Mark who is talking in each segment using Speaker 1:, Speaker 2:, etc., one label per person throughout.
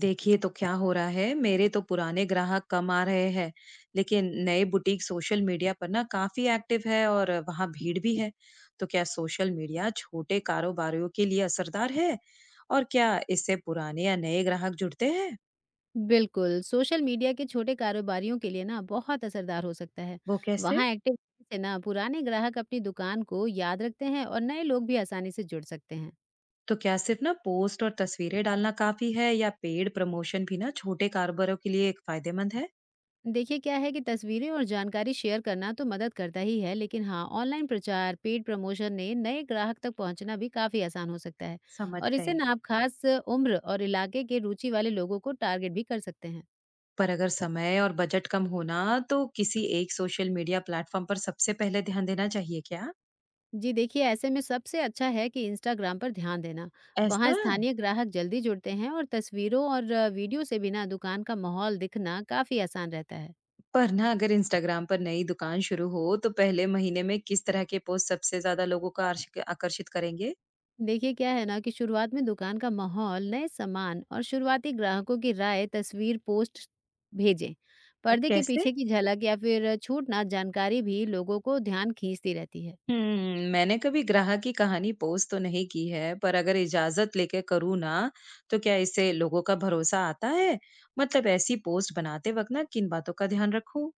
Speaker 1: देखिए तो क्या हो रहा है। मेरे तो पुराने ग्राहक कम आ रहे हैं, लेकिन नए बुटीक सोशल मीडिया पर ना काफी एक्टिव है और वहाँ भीड़ भी है। तो क्या सोशल मीडिया छोटे कारोबारियों के लिए असरदार है? और क्या इससे पुराने या नए ग्राहक जुड़ते हैं?
Speaker 2: बिल्कुल, सोशल मीडिया के छोटे कारोबारियों के लिए ना बहुत असरदार हो सकता है।
Speaker 1: वो कैसे?
Speaker 2: वहाँ एक्टिव से ना पुराने ग्राहक अपनी दुकान को याद रखते हैं और नए लोग भी आसानी से जुड़ सकते हैं।
Speaker 1: तो क्या सिर्फ ना पोस्ट और तस्वीरें डालना काफी है, या पेड प्रमोशन भी ना छोटे कारोबारों के लिए एक फायदेमंद है?
Speaker 2: देखिए, क्या है कि तस्वीरें और जानकारी शेयर करना तो मदद करता ही है, लेकिन हाँ, ऑनलाइन प्रचार, पेड प्रमोशन ने नए ग्राहक तक पहुँचना भी काफ़ी आसान हो सकता है।
Speaker 1: समझ
Speaker 2: और इससे
Speaker 1: गई।
Speaker 2: ना आप खास उम्र और इलाके के रुचि वाले लोगों को टारगेट भी कर सकते हैं।
Speaker 1: पर अगर समय और बजट कम होना, तो किसी एक सोशल मीडिया प्लेटफॉर्म पर सबसे पहले ध्यान देना चाहिए क्या?
Speaker 2: जी देखिए, ऐसे में सबसे अच्छा है कि इंस्टाग्राम पर ध्यान देना। वहाँ
Speaker 1: ऐसा?
Speaker 2: स्थानीय ग्राहक जल्दी जुड़ते हैं, और तस्वीरों और वीडियो से भी ना दुकान का माहौल दिखना काफ़ी आसान रहता है।
Speaker 1: पर ना अगर इंस्टाग्राम पर नई दुकान शुरू हो, तो पहले महीने में किस तरह के पोस्ट सबसे ज़्यादा लोगों को आर्श आकर्षित करेंगे?
Speaker 2: देखिए, क्या है ना कि शुरुआत में दुकान का माहौल, नए सामान और शुरुआती ग्राहकों की राय तस्वीर पोस्ट भेजें। पर्दे के
Speaker 1: कैसे?
Speaker 2: पीछे की झलक या फिर छूट-ना जानकारी भी लोगों को ध्यान खींचती रहती है।
Speaker 1: हुँ, मैंने कभी ग्राहक की कहानी पोस्ट तो नहीं की है, पर अगर इजाज़त लेके करूँ ना, तो क्या इससे लोगों का भरोसा आता है? मतलब ऐसी पोस्ट बनाते वक़्त ना किन बातों का ध्यान रखूँ?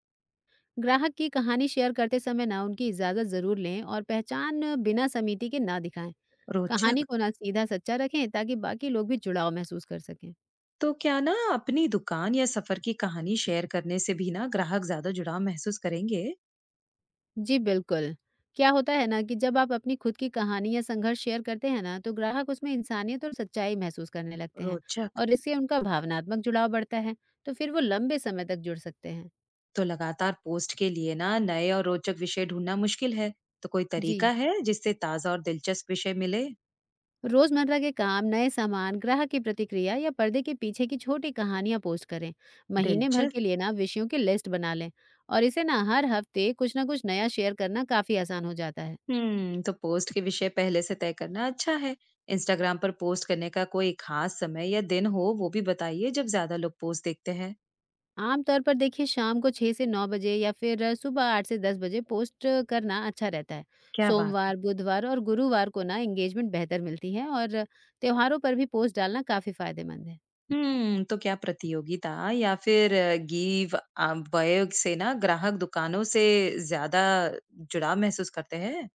Speaker 2: ग्राहक की कहानी शेयर करते समय ना उनकी इजाज़त ज़रूर लें, और पहचान बिना समिति के ना दिखाएं।
Speaker 1: रोचक।
Speaker 2: कहानी को ना सीधा सच्चा रखें, ताकि बाकी लोग भी जुड़ाव महसूस कर सकें।
Speaker 1: तो क्या ना अपनी दुकान या सफ़र की कहानी शेयर करने से भी ना ग्राहक ज़्यादा जुड़ाव महसूस करेंगे?
Speaker 2: जी बिल्कुल। क्या होता है ना कि जब आप अपनी खुद की कहानी या संघर्ष शेयर करते हैं ना, तो ग्राहक उसमें इंसानियत और सच्चाई महसूस करने लगते हैं,
Speaker 1: रोचक।
Speaker 2: और इससे उनका भावनात्मक जुड़ाव बढ़ता है, तो फिर वो लंबे समय तक जुड़ सकते हैं।
Speaker 1: तो लगातार पोस्ट के लिए ना नए और रोचक विषय ढूंढना मुश्किल है, तो कोई
Speaker 2: जी।
Speaker 1: तरीका है जिससे ताजा और दिलचस्प विषय मिले?
Speaker 2: रोजमर्रा के काम, नए सामान, ग्राहक की प्रतिक्रिया या पर्दे के पीछे की छोटी कहानियां पोस्ट करें। महीने भर
Speaker 1: दिलचस्प।
Speaker 2: के लिए ना विषयों की लिस्ट बना लें, और इसे ना हर हफ्ते कुछ ना कुछ नया शेयर करना काफी आसान हो जाता है।
Speaker 1: हम्म, तो पोस्ट के विषय पहले से तय करना अच्छा है। इंस्टाग्राम पर पोस्ट करने का कोई खास समय या दिन हो, वो भी बताइए, जब ज्यादा लोग पोस्ट देखते हैं।
Speaker 2: आमतौर पर देखिए, शाम को 6 से 9 बजे या फिर सुबह 8 से 10 बजे पोस्ट करना अच्छा रहता है।
Speaker 1: क्या बात है।
Speaker 2: सोमवार, बुधवार और गुरुवार को ना एंगेजमेंट बेहतर मिलती है, और त्योहारों पर भी पोस्ट डालना काफ़ी फायदेमंद है।
Speaker 1: हम्म, तो क्या प्रतियोगिता या फिर गिव अवे से ना ग्राहक दुकानों से ज्यादा जुड़ाव महसूस करते हैं?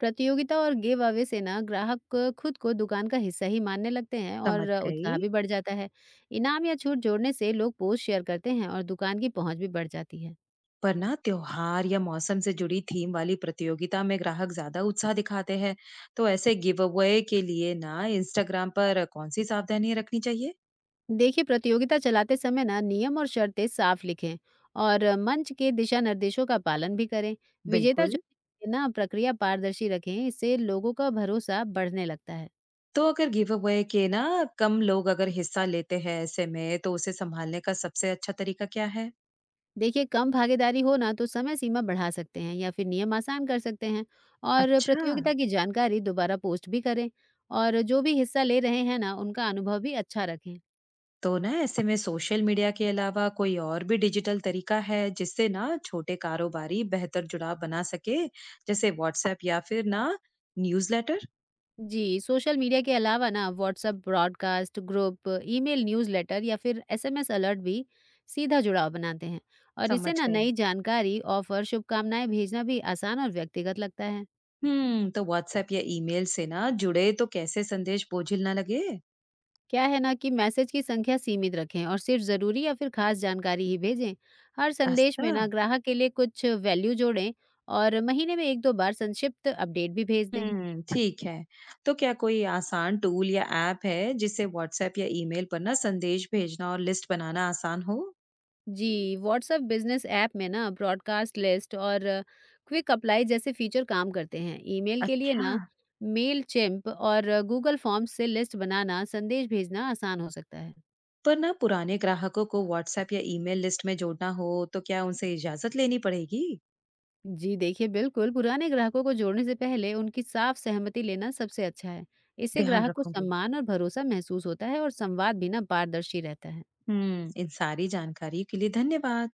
Speaker 2: प्रतियोगिता और गिव अवे से ना ग्राहक खुद को दुकान का हिस्सा ही मानने लगते हैं, और
Speaker 1: समझ
Speaker 2: उत्साह
Speaker 1: गई।
Speaker 2: भी बढ़ जाता है। इनाम या छूट जोड़ने से लोग पोस्ट शेयर करते हैं, और दुकान की पहुंच भी बढ़ जाती है।
Speaker 1: पर ना त्योहार या मौसम से जुड़ी थीम वाली प्रतियोगिता में ग्राहक ज्यादा उत्साह दिखाते हैं, तो ऐसे गिव अवे के लिए ना इंस्टाग्राम पर कौन सी सावधानी रखनी चाहिए?
Speaker 2: देखिए, प्रतियोगिता चलाते समय ना नियम और शर्तें साफ लिखें, और मंच के दिशा निर्देशों का पालन भी करें। विजेता जो
Speaker 1: बिल्कुल।
Speaker 2: है ना, प्रक्रिया पारदर्शी रखें, इससे लोगों का भरोसा बढ़ने लगता है।
Speaker 1: तो अगर गिव अवे के ना कम लोग अगर हिस्सा लेते हैं, ऐसे में तो उसे संभालने का सबसे अच्छा तरीका क्या है?
Speaker 2: देखिए, कम भागीदारी हो ना तो समय सीमा बढ़ा सकते हैं या फिर नियम आसान कर सकते हैं, और
Speaker 1: अच्छा।
Speaker 2: प्रतियोगिता की जानकारी दोबारा पोस्ट भी करें। और जो भी हिस्सा ले रहे हैं ना, उनका अनुभव भी अच्छा रखें।
Speaker 1: तो ना ऐसे में सोशल मीडिया के अलावा कोई और भी डिजिटल तरीका है जिससे ना छोटे कारोबारी बेहतर जुड़ाव बना सके? जैसे व्हाट्सएप या फिर ना न्यूज़लेटर।
Speaker 2: जी, सोशल मीडिया के अलावा ना WhatsApp broadcast, group, email newsletter या फिर एसएमएस अलर्ट भी सीधा जुड़ाव बनाते हैं। और इससे
Speaker 1: समझ
Speaker 2: ना
Speaker 1: गई।
Speaker 2: नई जानकारी, ऑफर, शुभकामनाएं भेजना भी आसान और व्यक्तिगत लगता है।
Speaker 1: हम्म, तो व्हाट्सएप या ईमेल से ना जुड़े तो कैसे संदेश बोझिल ना लगे?
Speaker 2: क्या है ना कि मैसेज की संख्या सीमित रखें, और सिर्फ ज़रूरी या फिर खास जानकारी ही भेजें। हर संदेश
Speaker 1: ऐसा।
Speaker 2: में ना ग्राहक के लिए कुछ वैल्यू जोड़ें, और महीने में एक दो बार संक्षिप्त अपडेट भी भेज दें।
Speaker 1: हम्म, ठीक है। तो क्या कोई आसान टूल या ऐप है जिससे व्हाट्सएप या ईमेल पर ना संदेश भेजना और लिस्ट बनाना आसान हो?
Speaker 2: जी, व्हाट्सएप बिज़नेस ऐप में ना ब्रॉडकास्ट लिस्ट और क्विक अप्लाई जैसे फीचर काम करते हैं। ईमेल के लिए
Speaker 1: अच्छा।
Speaker 2: ना मेलचिम्प और गूगल फॉर्म्स से लिस्ट बनाना, संदेश भेजना आसान हो सकता है।
Speaker 1: पर ना पुराने ग्राहकों को व्हाट्सएप या ईमेल लिस्ट में जोड़ना हो, तो क्या उनसे इजाजत लेनी पड़ेगी?
Speaker 2: जी देखिए, बिल्कुल पुराने ग्राहकों को जोड़ने से पहले उनकी साफ सहमति लेना सबसे अच्छा है। इससे
Speaker 1: ध्यान
Speaker 2: ग्राहक को
Speaker 1: रखूंगी।
Speaker 2: सम्मान और भरोसा महसूस होता है, और संवाद भी ना पारदर्शी रहता है।
Speaker 1: हम्म, इन सारी जानकारी के लिए धन्यवाद।